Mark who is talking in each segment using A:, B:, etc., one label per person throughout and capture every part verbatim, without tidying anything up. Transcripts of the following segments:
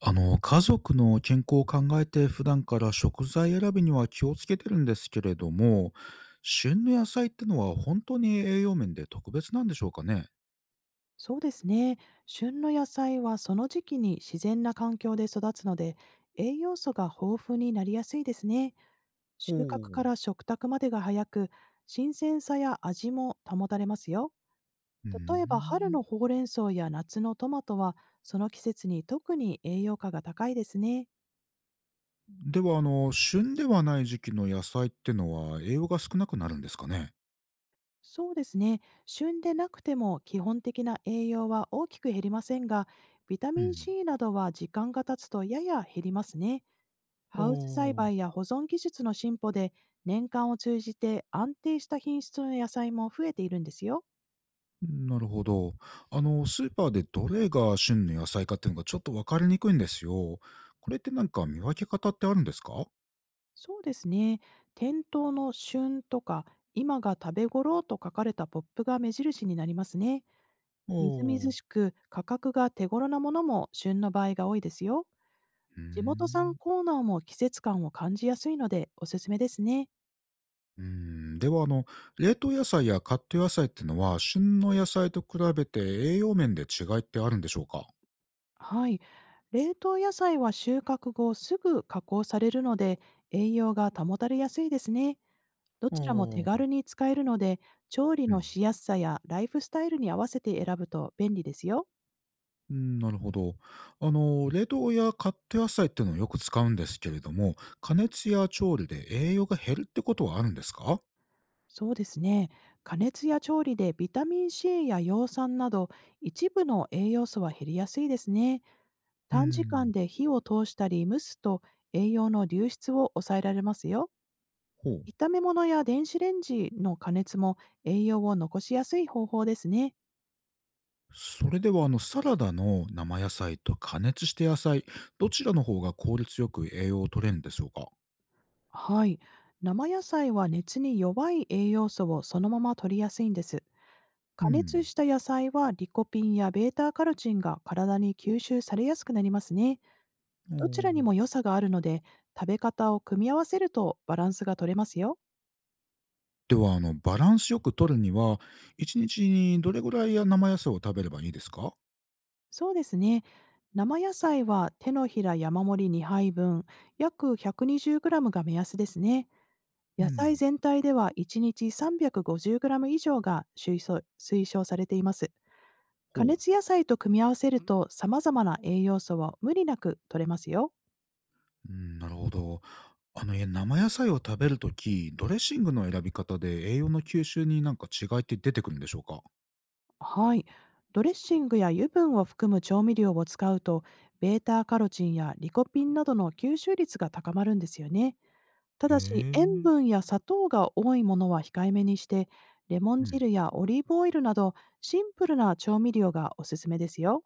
A: あの、家族の健康を考えて普段から食材選びには気をつけてるんですけれども、旬の野菜ってのは本当に栄養面で特別なんでしょうかね？
B: そうですね。旬の野菜はその時期に自然な環境で育つので、栄養素が豊富になりやすいですね。
A: ほ
B: 収穫か
A: う。
B: ら食卓までが早く、新鮮さや味も保たれますよ。
A: うー
B: 例えば春
A: ん。
B: のほうれん草や夏のトマトは、その季節に特に栄養価が高いですね。
A: では、あの、旬ではない時期の野菜ってのは栄養が少なくなるんですかね？
B: そうですね。旬でなくても基本的な栄養は大きく減りませんが、ビタ
A: う
B: ミン
A: ん。
B: C などは時間が経つとやや減りますね。
A: あ
B: ハウス栽培
A: あ、
B: や保存技術の進歩で年間を通じて安定した品質の野菜も増えているんですよ。
A: なるほど。あの、スーパーでどれが旬の野菜かっていうのがちょっと分かりにくいんですよ。これってなんか見分け方ってあるんですか？
B: そうですね。店頭の旬とか今が食べ頃と書かれたポップが目印になりますね。みずみ
A: お
B: ず
A: あ、
B: しく価格が手頃なものも旬の場合が多いですよ。
A: うー
B: 地元産
A: ん。
B: コーナーも季節感を感じやすいのでおすすめですね。
A: うーん、ではあの、冷凍野菜やカット野菜ってのは、旬の野菜と比べて栄養面で違いってあるんでしょうか？
B: はい。冷凍野菜は収穫後すぐ加工されるので、栄養が保たれやすいですね。ど
A: あ
B: ちらも手
A: あ。う
B: 軽に使えるので、調理のし
A: ん。
B: やすさやライフスタイルに合わせて選ぶと便利ですよ。
A: うーん、なるほど。あの、冷凍やカット野菜ってのをよく使うんですけれども、加熱や調理で栄養が減るってことはあるんですか？
B: そうですね。加熱や調理でビタミン C や葉酸など一部の栄養素は減りやすいですね。
A: うー
B: 短時
A: ん。
B: 間で火を通したり蒸すと、栄養の流出を抑えられますよ。
A: ほう。
B: 炒め物や電子レンジの加熱も栄養を残しやすい方法ですね。
A: それではあの、サラダの生野菜と加熱して野菜、どちらの方が効率よく栄養を取れるんでしょうか？
B: はい。生野菜は熱に弱い栄養素をそのまま取りやすいんです。
A: う
B: 加熱
A: ん。
B: した野菜はリコピンやベータカロチンが体に吸収されやすくなりますね。
A: お
B: どちらにも
A: お。
B: 良さがあるので、食べ方を組み合わせるとバランスが取れますよ。
A: では、あの、バランスよく取るには、いちにちにどれぐらいや生野菜を食べればいいですか？
B: そうですね。生野菜は手のひら山盛りにはいぶん、約 ひゃくにじゅうグラム が目安ですね。
A: う
B: 野菜
A: ん。
B: 全体ではいちにち さんびゃくごじゅうグラム 以上が推奨推奨されています。
A: ほ
B: 加
A: う。
B: 熱野菜と組み合わせると様々な栄養素を無理なく摂れますよ。
A: うん、なるほど。あの、え、生野菜を食べるとき、ドレッシングの選び方で栄養の吸収になんか違いって出てくるんでしょうか？
B: はい。ドレッシングや油分を含む調味料を使うと、ベータカロチンやリコピンなどの吸収率が高まるんですよね。た
A: へ
B: だし、塩
A: え。
B: 分や砂糖が多いものは控えめにして、レモン
A: うん、
B: 汁やオリーブオイルなど、シンプルな調味料がおすすめですよ。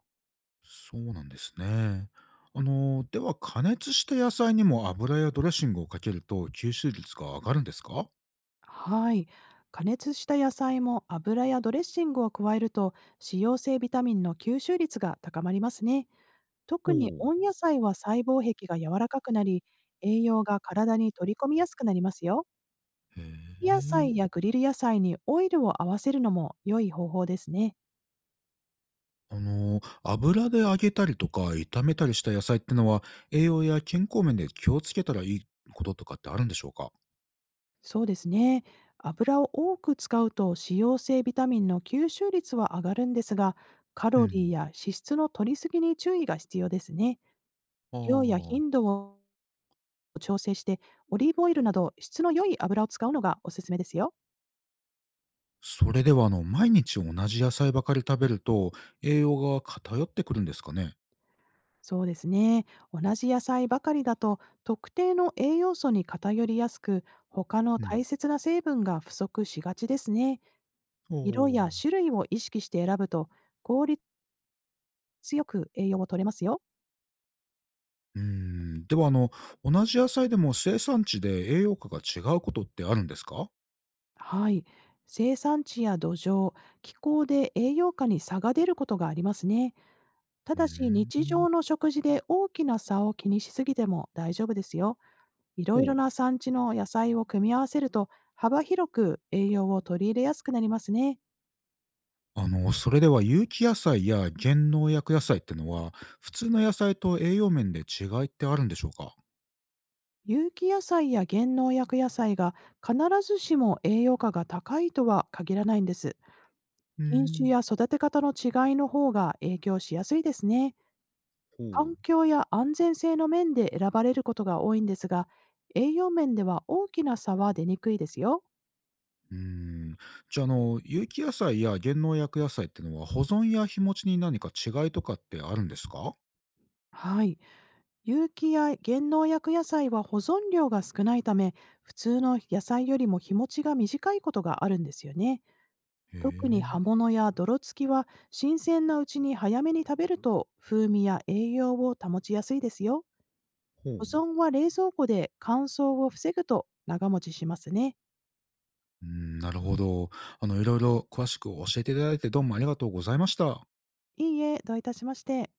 A: そうなんですね。あの、では加熱した野菜にも油やドレッシングをかけると吸収率が上がるんですか？
B: はい。加熱した野菜も油やドレッシングを加えると、使用性ビタミンの吸収率が高まりますね。
A: ほ
B: 特に
A: う。
B: 温野菜は細胞壁が柔らかくなり、栄養が体に取り込みやすくなりますよ。
A: へ
B: 野
A: え。
B: 菜やグリル野菜にオイルを合わせるのも良い方法ですね。
A: あの、油で揚げたりとか炒めたりした野菜ってのは、栄養や健康面で気をつけたらいいこととかってあるんでしょうか？
B: そうですね。油を多く使うと脂溶性ビタミンの吸収率は上がるんですが、カ
A: う
B: ロリー
A: ん。
B: や脂質の摂りすぎに注意が必要ですね。
A: あ
B: 量や頻
A: あ。
B: 度を調整して、オリーブオイルなど質の良い油を使うのがおすすめですよ。
A: それでは、あの、毎日同じ野菜ばかり食べると、栄養が偏ってくるんですかね？
B: そうですね。同じ野菜ばかりだと特定の栄養素に偏りやすく、他の
A: うん。
B: 大切な成分が不足しがちですね。
A: お
B: 色や
A: お。
B: 種類を意識して選ぶと、効率よく栄養を取れますよ。
A: うん、では、あの、同じ野菜でも生産地で栄養価が違うことってあるんですか？
B: はい。生産地や土壌、気候で栄養価に差が出ることがありますね。た
A: う
B: だし
A: ん、
B: 日常の食事で大きな差を気にしすぎても大丈夫ですよ。いろいろ
A: ほ
B: な
A: う。
B: 産地の野菜を組み合わせると、幅広く栄養を取り入れやすくなりますね。
A: あの、それでは有機野菜や減農薬野菜ってのは、普通の野菜と栄養面で違いってあるんでしょうか。
B: 有機野菜や減農薬野菜が必ずしも栄養価が高いとは限らないんです。
A: うー
B: 品種
A: ん、
B: や育て方の違いの方が影響しやすいですね。
A: ほう。
B: 環境や安全性の面で選ばれることが多いんですが、栄養面では大きな差は出にくいですよ。
A: うーん。じゃあ、あの、有機野菜や減農薬野菜ってのは、保存や日持ちに何か違いとかってあるんですか。
B: はい。有機や減農薬野菜は保存量が少ないため、普通の野菜よりも日持ちが短いことがあるんですよね。
A: へ
B: 特に葉
A: え、
B: 物や泥付きは新鮮なうちに早めに食べると、風味や栄養を保ちやすいですよ。
A: ほ
B: 保
A: う。
B: 存は冷蔵庫で乾燥を防ぐと長持ちしますね。
A: うーん、なるほど。あの、いろいろ詳しく教えていただいてどうもありがとうございました。
B: いいえ、どういたしまして。